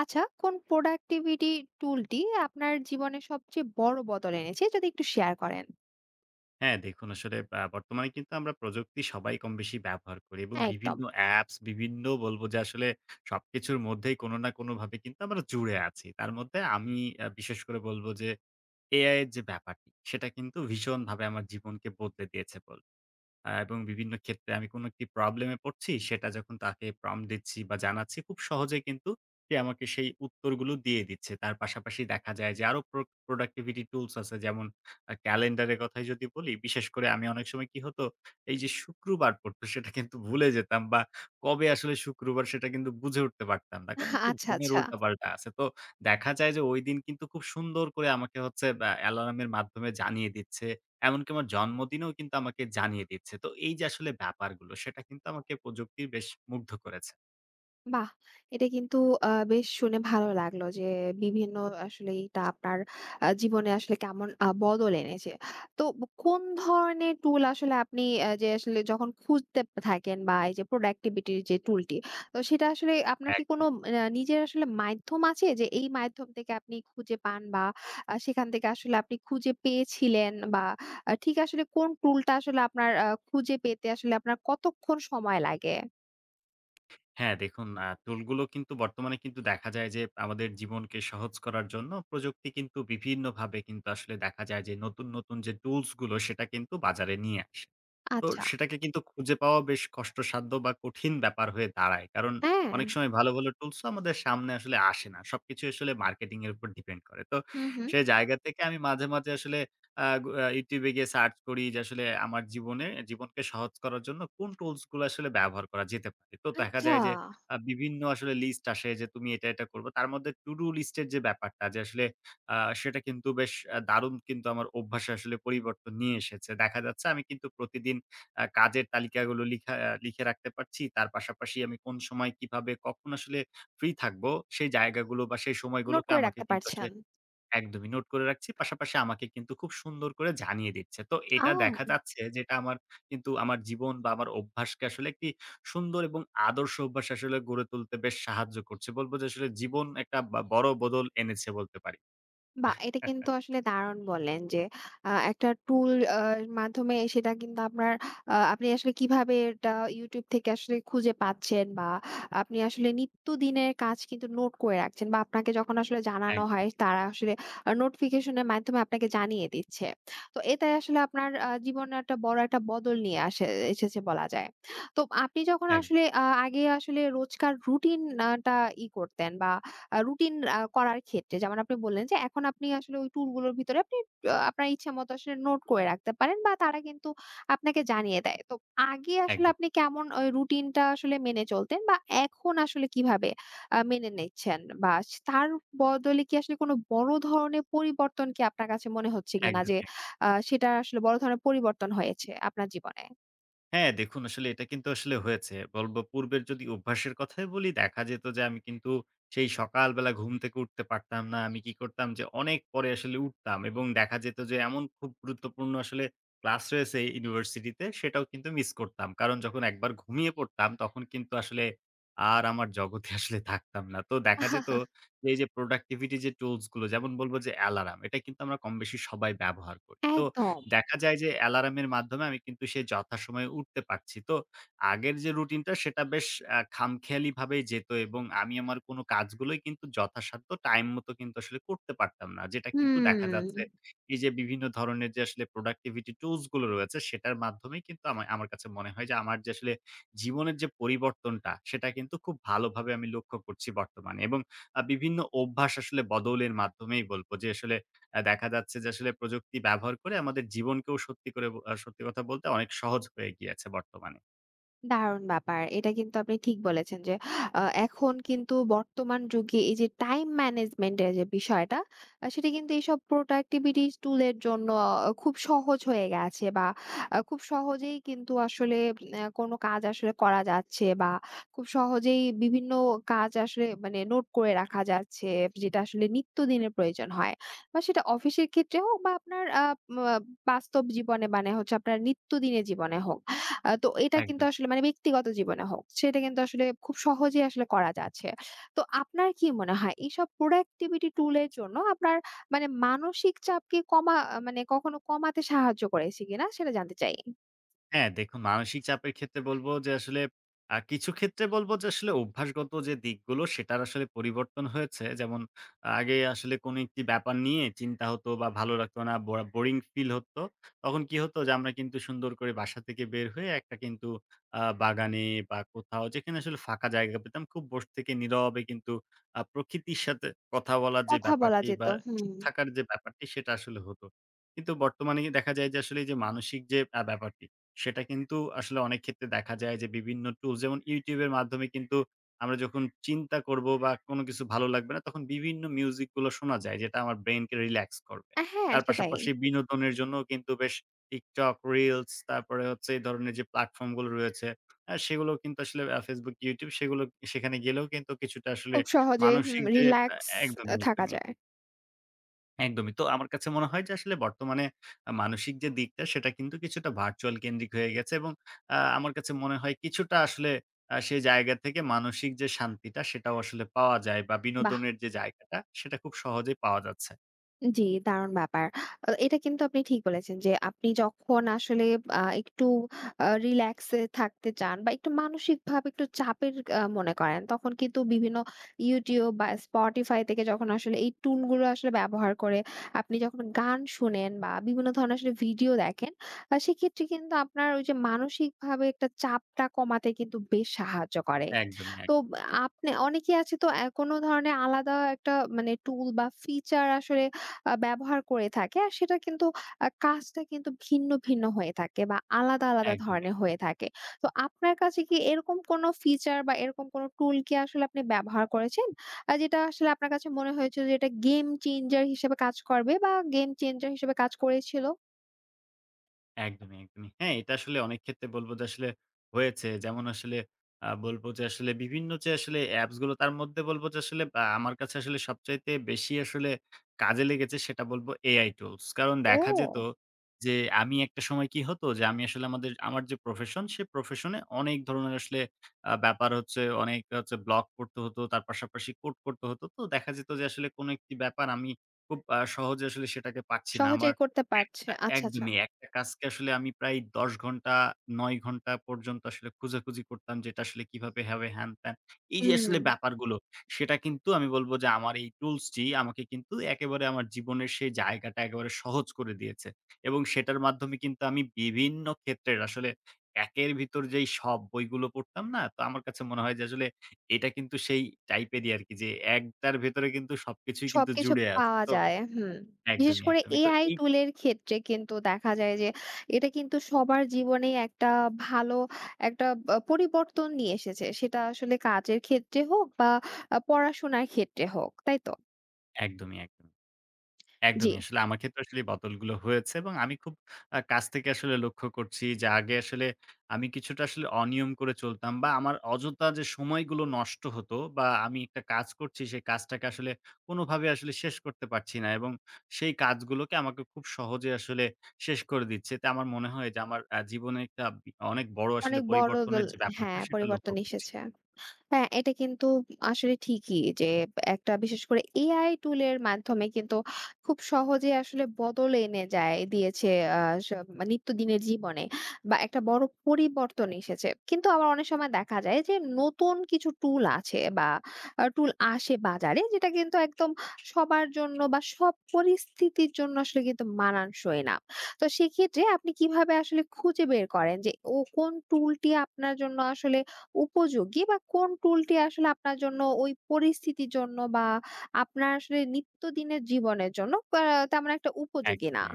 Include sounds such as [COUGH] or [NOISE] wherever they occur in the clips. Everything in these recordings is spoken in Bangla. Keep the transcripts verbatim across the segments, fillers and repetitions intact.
আচ্ছা, কোন প্রোডাক্টিভিটি টুলটি আপনার জীবনে সবচেয়ে বড় বদল এনেছে? যদি একটু শেয়ার করেন। হ্যাঁ, দেখুন আসলে আ বর্তমানে কিন্তু আমরা প্রযুক্তি সবাই কমবেশি ব্যবহার করি এবং একদম। বিভিন্ন অ্যাপস বিভিন্ন বলব যে আসলে সবকিছুর মধ্যেই কোন না কোনভাবে কিন্তু আমরা জুড়ে আছি। তার মধ্যে আমি আ বিশেষ করে বলব যে এ আই এর যে ব্যাপারটি সেটা কিন্তু ভীষণভাবে আমার জীবনকে বদলে দিয়েছে বলব। আ এবং বিভিন্ন ক্ষেত্রে আমি কোনো একটি প্রবলেম এ পড়ছি, সেটা যখন তাকে প্রম্পট দিচ্ছি বা জানাচ্ছি, খুব সহজেই কিন্তু সে আমাকে সেই উত্তরগুলো দিয়ে দিচ্ছে। তার পাশাপাশি দেখা যায় যে আরো প্রো প্রোডাক্টিভিটি টুলস আছে। যেমন আ ক্যালেন্ডারের কথাই যদি বলি, বিশেষ করে আমি অনেক সময় কি হতো, এই যে শুক্রবার পড়তো সেটা কিন্তু ভুলে যেতাম বা কবে আসলে শুক্রবার সেটা কিন্তু বুঝে উঠতে পারতাম না। কারণ একটু আচ্ছা, ঘুমের আচ্ছা। উল্টাপাল্টা আছে। তো দেখা যায় যে ঐদিন কিন্তু খুব সুন্দর করে আমাকে হচ্ছে বা অ্যালার্মের মাধ্যমে জানিয়ে দিচ্ছে। এমনকি আমার জন্মদিনেও কিন্তু আমাকে জানিয়ে দিচ্ছে। তো এই যে আসলে ব্যাপারগুলো সেটা কিন্তু আমাকে প্রযুক্তি বেশ মুগ্ধ করেছে। বাহ! এটা কিন্তু আ বেশ শুনে ভালো লাগলো যে বিভিন্ন আসলে এটা আপনার আ জীবনে আসলে কেমন আ বদল এনেছে। তো ব কোন ধরনের টুল আসলে আপনি আ যে আসলে যখন খুঁজতে থাকেন, বা এই যে প্রোডাক্টিভিটির যে টুলটি, তো সেটা আসলে আপনার কি কোনো একদম। আ নিজের আসলে মাধ্যম আছে যে এই মাধ্যম থেকে আপনি খুঁজে পান, বা আ সেখান থেকে আসলে আপনি খুঁজে পেয়েছিলেন, বা আ ঠিক আসলে কোন টুলটা আসলে আপনার আ খুঁজে পেতে আসলে আপনার কতক্ষণ সময় লাগে? হ্যাঁ, দেখুন আ টুলগুলো কিন্তু বর্তমানে কিন্তু দেখা যায় যে আমাদের জীবনকে সহজ করার জন্য প্রযুক্তি কিন্তু বিভিন্নভাবে কিন্তু আসলে দেখা যায় যে নতুন, নতুন যে টুলস গুলো সেটা কিন্তু বাজারে নিয়ে আসে। তো আচ্ছা, সেটাকে কিন্তু খুঁজে পাওয়া বেশ কষ্টসাধ্য বা কঠিন ব্যাপার হয়ে দাঁড়ায়। কারণ হ্যাঁ। অনেক সময় ভালো, ভালো টুলস তো আমাদের সামনে আসলে আসে না। সবকিছু আসলে মার্কেটিং এর উপর ডিপেন্ড করে। তো হুম, হুম। সে জায়গা থেকে আমি মাঝে, মাঝে আসলে আ গু আ YouTube এ গিয়ে সার্চ করি যে আসলে আমার জীবনে জীবনকে সহজ করার জন্য কোন টুলস গুলো আসলে ব্যবহার করা যেতে পারে। তো দেখা আচ্ছা। যায় যে আ বিভিন্ন আসলে লিস্ট আসে যে তুমি এটা, এটা করবা। তার মধ্যে টু ডু লিস্ট এর যে ব্যাপারটা যে আসলে আ সেটা কিন্তু বেশ আ দারুণ কিন্তু আমার অভ্যাসে আসলে পরিবর্তন নিয়ে এসেছে। দেখা যাচ্ছে আমি কিন্তু প্রতিদিন আ কাজের তালিকাগুলো লিখা আহ, লিখে রাখতে পারছি। তার পাশাপাশি আমি কোন সময় কিভাবে কখন আসলে ফ্রি থাকবো, সেই জায়গাগুলো বা সেই নোট সময়গুলোকে করে আমাকে রাখতে কিন্তু পারছেন। আসলে একদমই নোট করে রাখছি। পাশাপাশি আমাকে কিন্তু খুব সুন্দর করে জানিয়ে দিচ্ছে। তো এটা দেখা আও! যাচ্ছে যে এটা আমার কিন্তু আমার জীবন বা আমার অভ্যাসকে আসলে একটি সুন্দর এবং আদর্শ অভ্যাস আসলে গড়ে তুলতে বেশ সাহায্য করছে। বলব যে আসলে জীবন একটা বা বড় বদল এনেছে বলতে পারি। বাহ! এটা কিন্তু [LAUGHS] আসলে দারুণ বললেন যে আ একটা টুল আ মাধ্যমে সেটা কিন্তু আপনার আ আপনি আসলে কিভাবে এটা YouTube থেকে আসলে খুঁজে পাচ্ছেন, বা আপনি আসলে নিত্যদিনের কাজ কিন্তু নোট করে রাখছেন, বা আপনাকে যখন আসলে জানানো হয়, একদমই, তারা আসলে আ নোটিফিকেশন এর মাধ্যমে আপনাকে জানিয়ে দিচ্ছে। তো এটাই আসলে আপনার আ জীবনে একটা বড় একটা বদল নিয়ে আসে এসেছে বলা যায়। তো আপনি যখন আসলে একদম, আ আগে আসলে রোজকার রুটিন আ টা ই করতেন, বা আ রুটিন আ করার ক্ষেত্রে যেমন আপনি বললেন যে এখন আপনি আসলে ওই ট্যুর গুলোর ভিতরে আপনি আ আপনার ইচ্ছামত আসলে নোট করে রাখতে পারেন, বা তারা কিন্তু আপনাকে জানিয়ে দেয়। তো আগে আসলে একদম, আপনি কেমন ওই রুটিনটা আসলে মেনে চলতেন, বা এখন আসলে কিভাবে আ মেনে নিচ্ছেন? বা তার বদলে কি আসলে কোনো বড় ধরনের পরিবর্তন কি আপনার কাছে মনে হচ্ছে কিনা, যে একদমই। আ সেটা আসলে বড় ধরনের পরিবর্তন হয়েছে আপনার জীবনে? হ্যাঁ, দেখুন আসলে এটা কিন্তু আসলে হয়েছে। বলব পূর্বের যদি অভ্যাসের কথাই বলি, দেখা যেত যে আমি কিন্তু সেই সকালবেলা ঘুম থেকে উঠতে পারতাম না। আমি কি করতাম যে অনেক পরে আসলে উঠতাম এবং দেখা যেত যে এমন খুব গুরুত্বপূর্ণ আসলে ক্লাস রয়েছে ইউনিভার্সিটিতে সেটাও কিন্তু মিস করতাম। কারণ যখন একবার ঘুমিয়ে পড়তাম তখন কিন্তু আসলে আর আমার জগতে আসলে থাকতাম না। তো দেখা যেত যে এই যে প্রোডাক্টিভিটি যে টুলস গুলো যেমন বলব যে অ্যালার্ম এটা কিন্তু আমরা কমবেশি সবাই ব্যবহার করি। তো একদম। দেখা যায় যে অ্যালার্মের মাধ্যমে আমি কিন্তু সেই যথাসময়ে উঠতে পারছি। তো আগের যে রুটিনটা সেটা বেশ আ খামখেয়ালিভাবেই যেত এবং আমি আমার কোনো কাজগুলোই কিন্তু যথাসাধ্য টাইম মতো কিন্তু আসলে করতে পারতাম না। যেটা কিন্তু দেখা যাচ্ছে হুম। এই যে বিভিন্ন ধরনের যে আসলে productivity tools গুলো রয়েছে সেটার মাধ্যমেই কিন্তু আমা আমার কাছে মনে হয় যে আমার যে আসলে জীবনের যে পরিবর্তনটা সেটা কিন্তু খুব ভালোভাবে আমি লক্ষ্য করছি বর্তমানে এবং আ বিভিন্ন অভ্যাস আসলে বদলের মাধ্যমেই বলব যে আসলে অ্যা দেখা যাচ্ছে যে আসলে প্রযুক্তি ব্যবহার করে আমাদের জীবনকেও সত্যি করে ব আ সত্যি কথা বলতে অনেক সহজ হয়ে গিয়েছে বর্তমানে। দারুণ ব্যাপার। এটা কিন্তু আপনি ঠিক বলেছেন যে আ এখন কিন্তু বর্তমান যুগে এই যে টাইম ম্যানেজমেন্ট এর যে বিষয়টা, আ সেটা কিন্তু এইসব প্রোডাক্টিভিটি টুল এর জন্য আ খুব সহজ হয়ে গেছে, বা আ খুব সহজেই কিন্তু আসলে অ্যা কোনো কাজ আসলে করা যাচ্ছে, বা খুব সহজেই বিভিন্ন কাজ আসলে মানে নোট করে রাখা যাচ্ছে, যেটা আসলে নিত্যদিনের প্রয়োজন হয়। বা সেটা অফিসের ক্ষেত্রে হোক, বা আপনার আ ম বাস্তব জীবনে, মানে হচ্ছে আপনার নিত্যদিনের জীবনে হোক। আ তো এটা কিন্তু একদমই। আসলে, মানে ব্যক্তিগত জীবনে হোক, সেটা কিন্তু আসলে খুব সহজেই আসলে করা যাচ্ছে। তো আপনার কি মনে হয়, এইসব প্রোডাক্টিভিটি টুল এর জন্য আপনার মানে মানসিক চাপকে কমা মানে কখনো কমাতে সাহায্য করেছে কিনা, সেটা জানতে চাই? হ্যাঁ, দেখুন মানসিক চাপের ক্ষেত্রে বলব যে আসলে আ কিছু ক্ষেত্রে বলব যে আসলে অভ্যাসগত যে দিকগুলো সেটার আসলে পরিবর্তন হয়েছে। যেমন আগে আসলে কোন একটি ব্যাপার নিয়ে চিন্তা হতো বা ভালো লাগতো না, ব বোরিং ফিল হতো। তখন কি হতো যে আমরা কিন্তু সুন্দর করে বাসা থেকে বের হয়ে একটা কিন্তু আ বাগানে বা কোথাও যেখানে আসলে ফাঁকা জায়গা পেতাম খুব বসে থেকে নীরবে কিন্তু আ প্রকৃতির সাথে কথা বলার যে কথা বলা ব্যাপারটি যেত। বা হুম। চুপ থাকার যে ব্যাপারটি সেটা আসলে হতো। কিন্তু বর্তমানে দেখা যায় যে আসলে এই যে মানসিক যে আ ব্যাপারটি সেটা কিন্তু আসলে অনেক ক্ষেত্রে দেখা যায় যে বিভিন্ন টুলস যেমন YouTube এর মাধ্যমে কিন্তু আমরা যখন চিন্তা করব বা কোনো কিছু ভালো লাগবে না তখন বিভিন্ন মিউজিক গুলো শোনা যায় যেটা আমার ব্রেইনকে রিল্যাক্স করবে। আ হ্যাঁ, তার সেটাই। পাশাপাশি বিনোদনের জন্যও কিন্তু বেশ TikTok, Reels তারপরে হচ্ছে এই ধরনের যে প্ল্যাটফর্ম গুলো রয়েছে আ সেগুলো কিন্তু আসলে আ Facebook, YouTube সেগুলো সেখানে গেলেও কিন্তু কিছুটা আসলে খুব সহজে হুম, মানসিক যে আ রিল্যাক্স আ একদমই, থাকা একদমই। যায়। একদমই। তো আমার কাছে মনে হয় যে আসলে বর্তমানে আ মানসিক যে দিকটা সেটা কিন্তু কিছুটা ভার্চুয়াল কেন্দ্রিক হয়ে গেছে এবং আ আমার কাছে মনে হয় কিছুটা আসলে আ সেই জায়গা থেকে মানসিক যে শান্তিটা সেটাও আসলে পাওয়া যায় বা বাহ! বিনোদনের যে জায়গাটা সেটা খুব সহজেই পাওয়া যাচ্ছে। জি, দারুণ ব্যাপার। আ এটা কিন্তু আপনি ঠিক বলেছেন যে আপনি যখন আসলে আ একটু আ রিল্যাক্স এ থাকতে চান, বা একটু মানসিকভাবে একটু চাপের আ মনে করেন, তখন কিন্তু বিভিন্ন YouTube বা Spotify থেকে যখন আসলে এই টুল গুলো আসলে ব্যবহার করে আপনি যখন গান শুনেন, বা বিভিন্ন ধরনের আসলে ভিডিও দেখেন, আ সেক্ষেত্রে কিন্তু আপনার ওই যে মানসিকভাবে একটা চাপটা কমাতে কিন্তু বেশ সাহায্য করে। একদমই, তো এক আপনি অনেকেই আছে তো এ কোনো ধরনের আলাদা একটা মানে টুল বা ফিচার আসলে আ ব্যবহার করে থাকে। আর সেটা কিন্তু আ কাজটা কিন্তু ভিন্ন, ভিন্ন হয়ে থাকে, বা আলাদা, আলাদা একদমই। ধরনের হয়ে থাকে। তো আপনার কাছে কি এরকম কোনো ফিচার বা এরকম কোনো টুল কি আসলে আপনি ব্যবহার করেছেন, আ যেটা আসলে আপনার কাছে মনে হয়েছে যে এটা গেম চেঞ্জার হিসেবে কাজ করবে, বা গেম চেঞ্জার হিসেবে কাজ করেছিল? একদমই, একদমই। হ্যাঁ, এটা আসলে অনেক ক্ষেত্রে বলব যে আসলে হয়েছে। যেমন আসলে আ বলব যে আসলে বিভিন্ন যে আসলে অ্যাপস গুলো তার মধ্যে বলব যে আসলে আ আমার কাছে আসলে সবচাইতে বেশি আসলে কাজে লেগেছে সেটা বলব এ আই টুলস। কারণ দেখা যেত ও! যে আমি একটা সময় কি হতো যে আমি আসলে আমাদের আমার যে প্রফেশন সে প্রফেশন এ অনেক ধরনের আসলে আ ব্যাপার হচ্ছে অনেক হচ্ছে ব্লগ করতে হতো। তার পাশাপাশি কোড করতে হতো। তো দেখা যেত যে আসলে কোন একটি ব্যাপার আমি খুব আ সহজে আসলে সেটাকে পারছি না। আমার সহজেই করতে পারছে। আ আচ্ছা, আচ্ছা। একদমই একটা কাজকে আসলে আমি প্রায় ১০ ঘন্টা ৯ ঘন্টা পর্যন্ত আসলে খোঁজাখুঁজি করতাম যেটা আসলে কিভাবে হবে হ্যান-ত্যান। এই যে হুম। আসলে ব্যাপারগুলো সেটা কিন্তু আমি বলব যে আমার এই টুলস টি আমাকে কিন্তু একেবারে আমার জীবনের সেই জায়গাটা একেবারে সহজ করে দিয়েছে। এবং সেটার মাধ্যমে কিন্তু আমি বিভিন্ন ক্ষেত্রের আসলে একের ভিতর যেই সব বইগুলো পড়তাম না? তো আমার কাছে মনে হয় যে আসলে এটা কিন্তু সেই টাইপেরই আরকি যে একটার ভেতরে কিন্তু সবকিছুই কিন্তু সবকিছু জুড়ে আছে। পাওয়া তো যায়। হুম। বিশেষ একদমই, করে একদমই। তো এ আই এই টুলের ক্ষেত্রে কিন্তু দেখা যায় যে এটা কিন্তু সবার জীবনেই একটা ভালো একটা আ পরিবর্তন নিয়ে এসেছে। সেটা আসলে কাজের ক্ষেত্রে হোক, বা আ পড়াশোনার ক্ষেত্রে হোক। তাই তো? একদমই, একদমই। জি। একদমই। আসলে আমার ক্ষেত্রে আসলে এই বদলগুলো হয়েছে এবং আমি খুব আ কাছ থেকে আসলে লক্ষ্য করছি যে আগে আসলে আমি কিছুটা আসলে অনিয়ম করে চলতাম বা আমার অযথা যে সময়গুলো নষ্ট হতো বা আমি একটা কাজ করছি সেই কাজটাকে আসলে কোনোভাবে আসলে শেষ করতে পারছি না এবং সেই কাজগুলোকে আমাকে খুব সহজে আসলে শেষ করে দিচ্ছে। এতে আমার মনে হয় যে আমার আ জীবনে একটা বি অনেক বড় আসলে অনেক বড় দল। পরিবর্তনের যে ব্যাপারটা হ্যাঁ, সেটা পরিবর্তন লক্ষ্য করছি। এসেছে। হ্যাঁ, এটা কিন্তু আসলে ঠিকই যে একটা বিশেষ করে এআই টুলের মাধ্যমে কিন্তু খুব সহজে আসলে বদল এনে যায় দিয়েছে। আ স মানে নিত্যদিনের জীবনে, বা একটা বড় পরিবর্তন এসেছে। কিন্তু আবার অনেক সময় দেখা যায় যে নতুন কিছু টুল আছে, বা আ টুল আসে বাজারে, যেটা কিন্তু একদম সবার জন্য বা সব পরিস্থিতির জন্য আসলে কিন্তু মানানসই না। তো সেক্ষেত্রে আপনি কিভাবে আসলে খুঁজে বের করেন যে ও কোন টুলটি আপনার জন্য আসলে উপযোগী, বা কোন টুলটি আসলে আপনার জন্য ওই পরিস্থিতির জন্য বা আপনার আসলে নিত্যদিনের জীবনের জন্য আ তেমন একটা উপযোগী না? একদমই।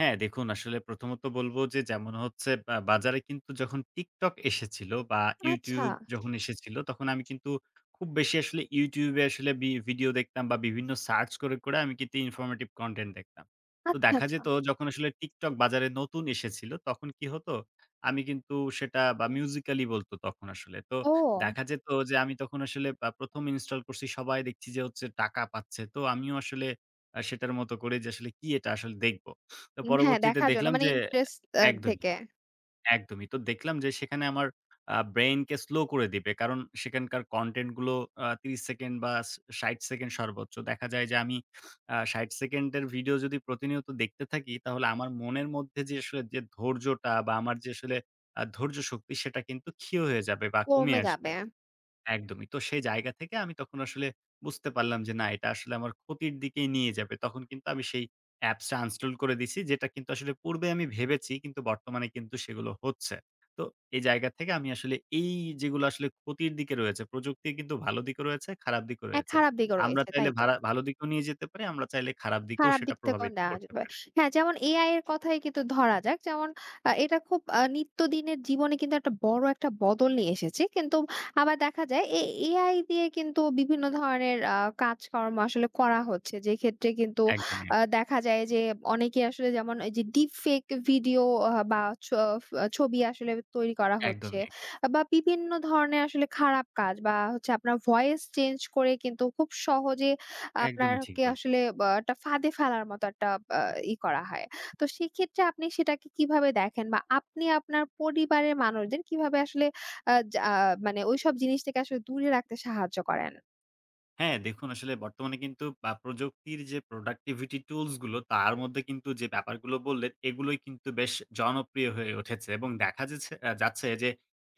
হ্যাঁ, দেখুন আসলে প্রথমত বলবো যে যেমন হচ্ছে বা বাজারে কিন্তু যখন TikTok এসেছিল বা আচ্ছা, YouTube যখন এসেছিল তখন আমি কিন্তু খুব বেশি আসলে YouTube এ আসলে বি ভিডিও দেখতাম বা বিভিন্ন সার্চ করে, করে আমি কিন্তু ইনফরমেটিভ কনটেন্ট দেখতাম। তো আচ্ছা, দেখা আচ্ছা। যেত যখন আসলে TikTok বাজারে নতুন এসেছিল তখন কি হতো? আমি কিন্তু সেটা বা Musical.ly বলত তখন আসলে। তো ও! দেখা যেত যে আমি তখন আসলে আ প্রথম ইনস্টল করছি সবাই দেখছি যে হচ্ছে টাকা পাচ্ছে। তো আমিও আসলে আ সেটার মতো করে যে আসলে কি এটা আসলে দেখব। তো হ্যাঁ, পরবর্তীতে দেখার জন্য দেখলাম মানে যে ইন্টারেস্ট আ একদমই, থেকে একদমই। তো দেখলাম যে সেখানে আমার আ ব্রেইনকে স্লো করে দিবে। কারণ সেখানকার কনটেন্ট গুলো আ ৩০ সেকেন্ড বা স ৬০ সেকেন্ড সর্বোচ্চ। দেখা যায় যে আমি আ ৬০ সেকেন্ডের ভিডিও যদি প্রতিনিয়ত দেখতে থাকি তাহলে আমার মনের মধ্যে যে আসলে যে ধৈর্যটা বা আমার যে আসলে আ ধৈর্য শক্তি সেটা কিন্তু ক্ষীয় হয়ে যাবে বা কমে কমে আসবে। যাবে। একদমই। তো সেই জায়গা থেকে আমি তখন আসলে বুঝতে পারলাম যে না এটা আসলে আমার ক্ষতির দিকেই নিয়ে যাবে। তখন কিন্তু আমি সেই অ্যাপসটা আনইনস্টল করে দিছি। যেটা কিন্তু আসলে পূর্বে আমি ভেবেছি কিন্তু বর্তমানে কিন্তু সেগুলো হচ্ছে। তো এই জায়গা থেকে আমি আসলে এই যেগুলো আসলে ক্ষতির দিকে রয়েছে, প্রযুক্তির কিন্তু ভালো দিকও রয়েছে, খারাপ দিকও এক রয়েছে। খারাপ দিকও আমরা রয়েছে, তাই চাইলে তো? ভারা ভালো দিকেও নিয়ে যেতে পারি, আমরা চাইলে খারাপ দিকেও খারাপ সেটা দিক থেকেও প্রভাবিত নেওয়া করতে যাবে। পারি। হ্যাঁ, যেমন এ আই এর কথাই কিন্তু ধরা যাক। যেমন আ এটা খুব আ নিত্যদিনের জীবনে কিন্তু একটা বড় একটা বদল নিয়ে এসেছে। কিন্তু আবার দেখা যায় এ AI দিয়ে কিন্তু বিভিন্ন ধরনের আ কাজকর্ম আসলে করা হচ্ছে। যেক্ষেত্রে কিন্তু একদমই, আ দেখা যায় যে অনেকে আসলে যেমন এই যে ডিপ ফেক ভিডিও আ বা ছ ফ ছবি আসলে তৈরি করা হচ্ছে। একদমই, একদমই, বা বিভিন্ন ধরনের আসলে খারাপ কাজ, বা হচ্ছে আপনার ভয়েস চেঞ্জ করে কিন্তু খুব সহজে একদমই। ঠিক আপনাকে বল আসলে বা একটা ফাঁদে ফেলার মতো একটা আ ই করা হয়। তো সেক্ষেত্রে আপনি সেটাকে কিভাবে দেখেন? বা আপনি আপনার পরিবারের মানুষদের কিভাবে আসলে আ যা আহ, মানে ওইসব জিনিস থেকে আসলে দূরে রাখতে সাহায্য করেন? হ্যাঁ, দেখুন আসলে বর্তমানে কিন্তু আ প্রযুক্তির যে productivity tools গুলো তার মধ্যে কিন্তু যে ব্যাপারগুলো বললেন এগুলোই কিন্তু বেশ জনপ্রিয় হয়ে উঠেছে এবং দেখা যেছে আ যাচ্ছে যে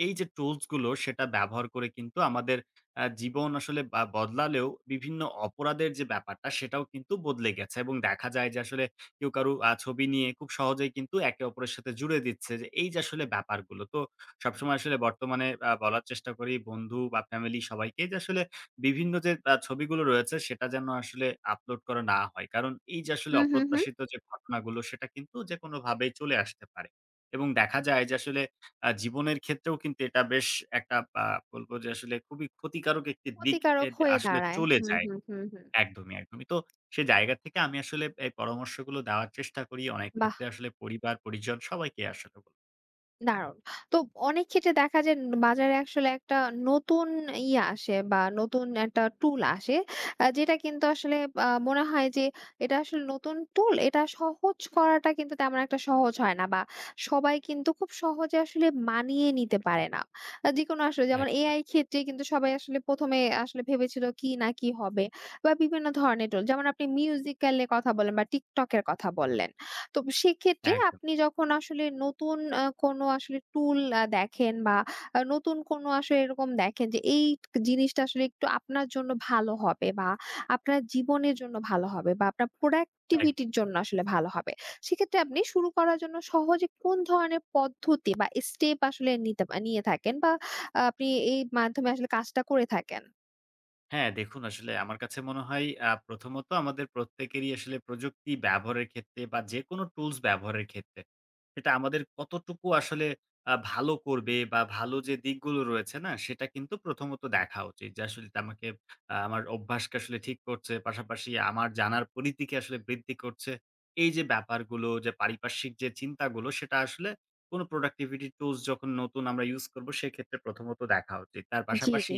এই যে টুলস গুলো সেটা ব্যবহার করে কিন্তু আমাদের আ জীবন আসলে বা বদলালেও বিভিন্ন অপরাধের যে ব্যাপারটা সেটাও কিন্তু বদলে গেছে এবং দেখা যায় যে আসলে কেউ কারো আ ছবি নিয়ে খুব সহজেই কিন্তু একে অপরের সাথে জুড়ে দিচ্ছে যে এই যে আসলে ব্যাপারগুলো। তো সবসময় আসলে বর্তমানে আ বলার চেষ্টা করি বন্ধু বা ফ্যামিলি সবাইকে যে আসলে বিভিন্ন যে আ ছবিগুলো রয়েছে সেটা যেন আসলে আপলোড করা না হয়। কারণ এই যে আসলে হুম, হুম, হুম। অপ্রত্যাশিত যে ঘটনাগুলো সেটা কিন্তু যেকোনোভাবেই চলে আসতে পারে। এবং দেখা যায় যে আসলে আ জীবনের ক্ষেত্রেও কিন্তু এটা বেশ একটা আ বলব যে আসলে খুবই ক্ষতিকারক একটি দিক এ ক্ষতিকারক হয়ে আসলে দাঁড়ায়। চলে হুম, যায়। হুম, হুম, হুম। একদমই, একদমই। তো সে জায়গা থেকে আমি আসলে এই পরামর্শগুলো দেওয়ার চেষ্টা করি। অনেক বাহ! ক্ষেত্রে আসলে পরিবার, পরিজন সবাইকে আসলে বলি। দারুণ। তো অনেক ক্ষেত্রে দেখা যায় ন বাজারে আসলে একটা নতুন ইয়ে আসে, বা নতুন একটা টুল আসে। আ যেটা কিন্তু আসলে আ মনে হয় যে এটা আসলে নতুন টুল, এটা সহজ করাটা কিন্তু তেমন একটা সহজ হয় না, বা সবাই কিন্তু খুব সহজে আসলে মানিয়ে নিতে পারে না। আ যেকোনো আসলে যেমন এ আই একদমই, ক্ষেত্রে কিন্তু সবাই আসলে প্রথম এ আসলে ভেবেছিল কি না কি হবে, বা বিভিন্ন ধরনের টুল। যেমন আপনি মিউজিক্যাল এর কথা বললেন, বা TikTok এর কথা বললেন। তো সেক্ষেত্রে একদম, আপনি যখন আসলে নতুন আ কোনো আসলে টুল আ দেখেন, বা আ নতুন কোনো আসলে এরকম দেখেন যে এই জিনিসটা আসলে একটু আপনার জন্য ভালো হবে, বা আপনার জীবনের জন্য ভালো হবে, বা আপনার একদম। প্রোডাক্টিভিটির জন্য আসলে ভালো হবে। সেক্ষেত্রে আপনি শুরু করার জন্য সহজে কোন ধরনের পদ্ধতি বা স্টেপ আসলে নিতে নিয়ে থাকেন, বা আহ, আপনি এই মাধ্যমে আসলে কাজটা করে থাকেন? হ্যাঁ, দেখুন আসলে আমার কাছে মনে হয় আ প্রথমত আমাদের প্রত্যেকেরই আসলে প্রযুক্তি ব্যবহারের ক্ষেত্রে বা যেকোনো টুলস ব্যবহারের ক্ষেত্রে, সেটা আমাদের কতটুকু আসলে আ ভালো করবে বা ভালো যে দিকগুলো রয়েছে না? সেটা কিন্তু প্রথমত দেখা উচিত। যে আসলে এটা আমাকে আ আমার অভ্যাসকে আসলে ঠিক করছে, পাশাপাশি আমার জানার পরিধিকে আসলে বৃদ্ধি করছে। এই যে ব্যাপারগুলো যে পারিপার্শ্বিক যে চিন্তাগুলো সেটা আসলে কোনো productivity tools যখন নতুন আমরা ইউজ করব সেক্ষেত্রে প্রথমত দেখা উচিত। তার জি, জি। পাশাপাশি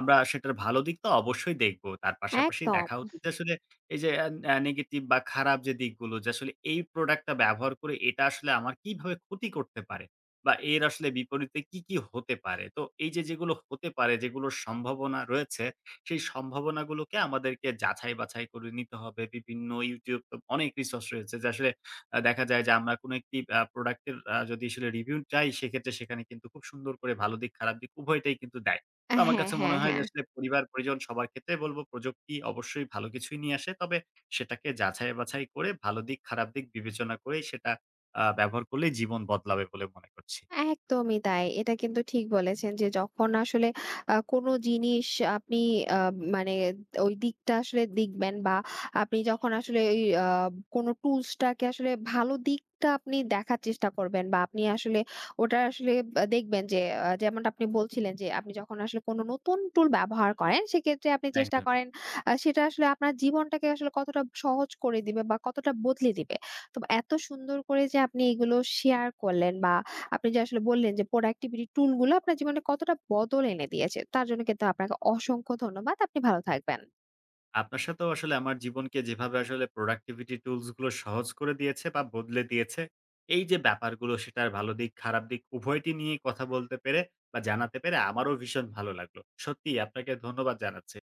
আমরা সেটার ভালো দিক তো অবশ্যই দেখব। তার পাশাপাশি একদম। দেখা উচিত যে আসলে এই যে অ্যা অ্যা নেগেটিভ বা খারাপ যে দিকগুলো যে আসলে এই প্রোডাক্টটা ব্যবহার করে এটা আসলে আমার কিভাবে ক্ষতি করতে পারে? বা এর আসলে বিপরীতে কি, কি হতে পারে? তো এই যে যেগুলো হতে পারে, যেগুলোর সম্ভাবনা রয়েছে, সেই সম্ভাবনাগুলোকে আমাদেরকে যাচাই-বাছাই করে নিতে হবে। বিভিন্ন YouTube তো অনেক রিসোর্স রয়েছে যে আসলে আ দেখা যায় যে আমরা কোন একটি আ প্রোডাক্টের আ যদি আসলে রিভিউ চাই সেক্ষেত্রে সেখানে কিন্তু খুব সুন্দর করে ভালো দিক, খারাপ দিক উভয়টাই কিন্তু দেয়। তো আমার হ্যাঁ, কাছে মনে হ্যাঁ, হয় হ্যাঁ। যে আসলে পরিবার-পরিজন সবার ক্ষেত্রে বলব প্রযুক্তি অবশ্যই ভালো কিছুই নিয়ে আসে। তবে সেটাকে যাচাই-বাছাই করে ভালো দিক, খারাপ দিক বিবেচনা করেই সেটা আ ব্যবহার করলেই জীবন বদলাবে বলে মনে করছি। একদমই তাই। এটা কিন্তু ঠিক বলেছেন যে যখন আসলে আ কোন জিনিস আপনি আ মানে ওই দিকটা আসলে দেখবেন, বা আপনি যখন আসলে ওই আ কোন টুলস টাকে আসলে ভালো দিকটা আপনি দেখার চেষ্টা করবেন, বা আপনি আসলে ওটা আসলে আ দেখবেন যে আ যেমনটা আপনি বলছিলেন যে আপনি যখন আসলে কোন নতুন টুল ব্যবহার করেন, সেক্ষেত্রে আপনি চেষ্টা একদমই, এক করেন আ সেটা আসলে আপনার জীবনটাকে আসলে কতটা সহজ করে দিবে, বা কতটা বদলে দিবে। তো এত সুন্দর করে যে আপনি এগুলো শেয়ার করলেন, বা আপনি যে আসলে বললেন যে প্রোডাক্টিভিটি টুলগুলো আপনার জীবনে কতটা বদল এনে দিয়েছে, তার জন্য কিন্তু আপনাকে অসংখ্য ধন্যবাদ। আপনি ভালো থাকবেন। আপনার সাথেও আসলে আমার জীবনকে যেভাবে আসলে productivity tools গুলো সহজ করে দিয়েছে বা বদলে দিয়েছে, এই যে ব্যাপারগুলো সেটার ভালো দিক, খারাপ দিক উভয়টি নিয়ে কথা বলতে পেরে বা জানাতে পেরে আমারও ভীষণ ভালো লাগলো। সত্যিই আপনাকে ধন্যবাদ জানাচ্ছি।